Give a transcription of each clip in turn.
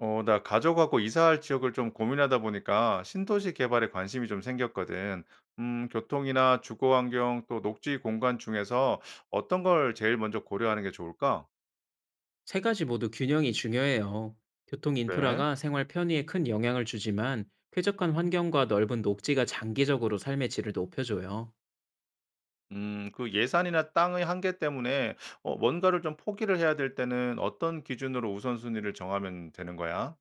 나 가족하고 이사할 지역을 좀 고민하다 보니까 신도시 개발에 관심이 좀 생겼거든. 교통이나 주거 환경 또 녹지 공간 중에서 어떤 걸 제일 먼저 고려하는 게 좋을까? 세 가지 모두 균형이 중요해요. 교통 그래? 인프라가 생활 편의에 큰 영향을 주지만 쾌적한 환경과 넓은 녹지가 장기적으로 삶의 질을 높여줘요. 그 예산이나 땅의 한계 때문에 뭔가를 좀 포기를 해야 될 때는 어떤 기준으로 우선순위를 정하면 되는 거야?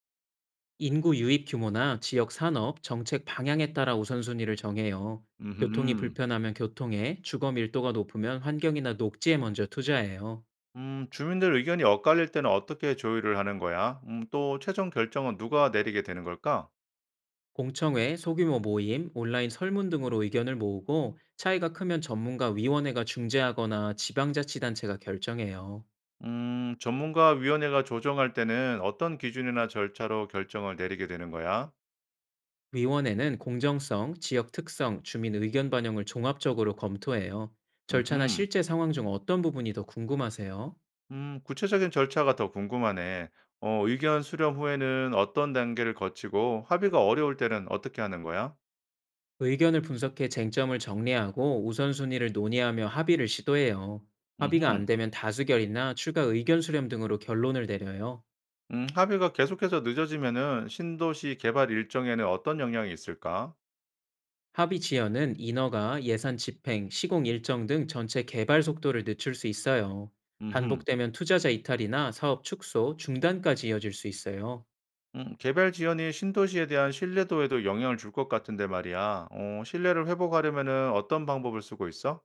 인구 유입 규모나 지역 산업, 정책 방향에 따라 우선순위를 정해요. 교통이 음, 불편하면 교통에, 주거 밀도가 높으면 환경이나 녹지에 먼저 투자해요. 주민들 의견이 엇갈릴 때는 어떻게 조율을 하는 거야? 또 최종 결정은 누가 내리게 되는 걸까? 공청회, 소규모 모임, 온라인 설문 등으로 의견을 모으고 차이가 크면 전문가 위원회가 중재하거나 지방자치단체가 결정해요. 전문가 위원회가 조정할 때는 어떤 기준이나 절차로 결정을 내리게 되는 거야? 위원회는 공정성, 지역 특성, 주민 의견 반영을 종합적으로 검토해요. 절차나 음흠. 실제 상황 중 어떤 부분이 더 궁금하세요? 구체적인 절차가 더 궁금하네. 의견 수렴 후에는 어떤 단계를 거치고 합의가 어려울 때는 어떻게 하는 거야? 의견을 분석해 쟁점을 정리하고 우선순위를 논의하며 합의를 시도해요. 음흠. 합의가 안 되면 다수결이나 추가 의견 수렴 등으로 결론을 내려요. 합의가 계속해서 늦어지면은 신도시 개발 일정에는 어떤 영향이 있을까? 합의 지연은 인허가, 예산 집행, 시공 일정 등 전체 개발 속도를 늦출 수 있어요. 음흠. 반복되면 투자자 이탈이나 사업 축소, 중단까지 이어질 수 있어요. 개발 지연이 신도시에 대한 신뢰도에도 영향을 줄 것 같은데 말이야. 신뢰를 회복하려면은 어떤 방법을 쓰고 있어?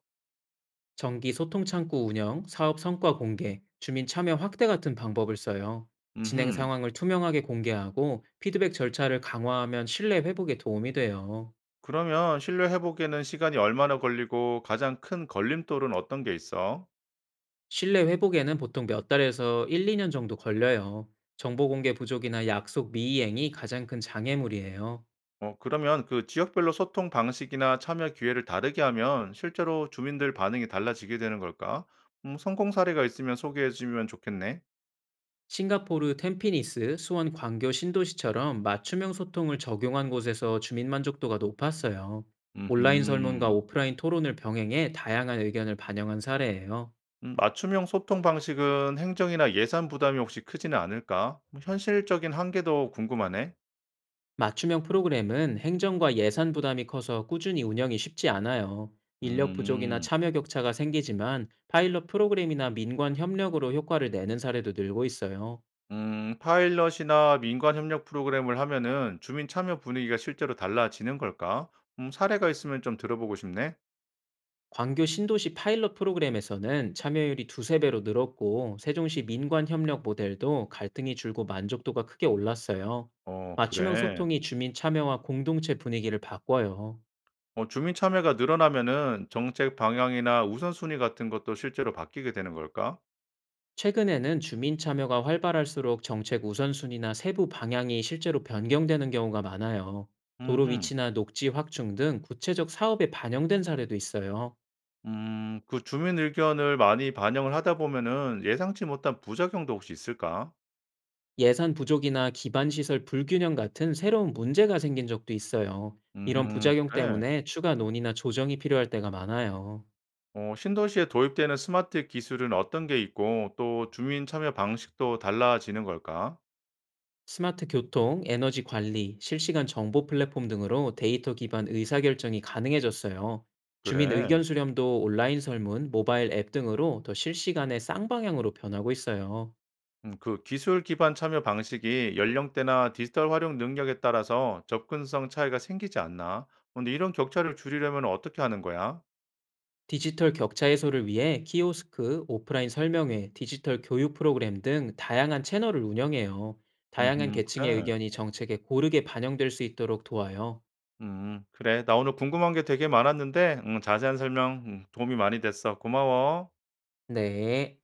정기 소통 창구 운영, 사업 성과 공개, 주민 참여 확대 같은 방법을 써요. 진행 음흠. 상황을 투명하게 공개하고 피드백 절차를 강화하면 신뢰 회복에 도움이 돼요. 그러면 신뢰 회복에는 시간이 얼마나 걸리고 가장 큰 걸림돌은 어떤 게 있어? 신뢰 회복에는 보통 몇 달에서 1, 2년 정도 걸려요. 정보 공개 부족이나 약속 미이행이 가장 큰 장애물이에요. 그러면 그 지역별로 소통 방식이나 참여 기회를 다르게 하면 실제로 주민들 반응이 달라지게 되는 걸까? 성공 사례가 있으면 소개해 주면 좋겠네. 싱가포르 템피니스, 수원 광교 신도시처럼 맞춤형 소통을 적용한 곳에서 주민 만족도가 높았어요. 온라인 음, 설문과 오프라인 토론을 병행해 다양한 의견을 반영한 사례예요. 맞춤형 소통 방식은 행정이나 예산 부담이 혹시 크지는 않을까? 뭐 현실적인 한계도 궁금하네. 맞춤형 프로그램은 행정과 예산 부담이 커서 꾸준히 운영이 쉽지 않아요. 인력 부족이나 음. 참여 격차가 생기지만 파일럿 프로그램이나 민관 협력으로 효과를 내는 사례도 늘고 있어요. 파일럿이나 민관 협력 프로그램을 하면은 주민 참여 분위기가 실제로 달라지는 걸까? 사례가 있으면 좀 들어보고 싶네. 광교 신도시 파일럿 프로그램에서는 참여율이 두세 배로 늘었고 세종시 민관 협력 모델도 갈등이 줄고 만족도가 크게 올랐어요. 어, 맞춤형 그래. 소통이 주민 참여와 공동체 분위기를 바꿔요. 주민 참여가 늘어나면은 정책 방향이나 우선순위 같은 것도 실제로 바뀌게 되는 걸까? 최근에는 주민 참여가 활발할수록 정책 우선순위나 세부 방향이 실제로 변경되는 경우가 많아요. 도로 음흠. 위치나 녹지 확충 등 구체적 사업에 반영된 사례도 있어요. 그 주민 의견을 많이 반영을 하다 보면은 예상치 못한 부작용도 혹시 있을까? 예산 부족이나 기반 시설 불균형 같은 새로운 문제가 생긴 적도 있어요. 이런 부작용 그래. 때문에 추가 논의나 조정이 필요할 때가 많아요. 신도시에 도입되는 스마트 기술은 어떤 게 있고 또 주민 참여 방식도 달라지는 걸까? 스마트 교통, 에너지 관리, 실시간 정보 플랫폼 등으로 데이터 기반 의사결정이 가능해졌어요. 주민 의견 그래. 수렴도 온라인 설문, 모바일 앱 등으로 더 실시간에 쌍방향으로 변하고 있어요. 그 기술 기반 참여 방식이 연령대나 디지털 활용 능력에 따라서 접근성 차이가 생기지 않나? 근데 이런 격차를 줄이려면 어떻게 하는 거야? 디지털 격차 해소를 위해 키오스크, 오프라인 설명회, 디지털 교육 프로그램 등 다양한 채널을 운영해요. 다양한 계층의 그래. 의견이 정책에 고르게 반영될 수 있도록 도와요. 그래. 나 오늘 궁금한 게 되게 많았는데, 자세한 설명 도움이 많이 됐어. 고마워. 네.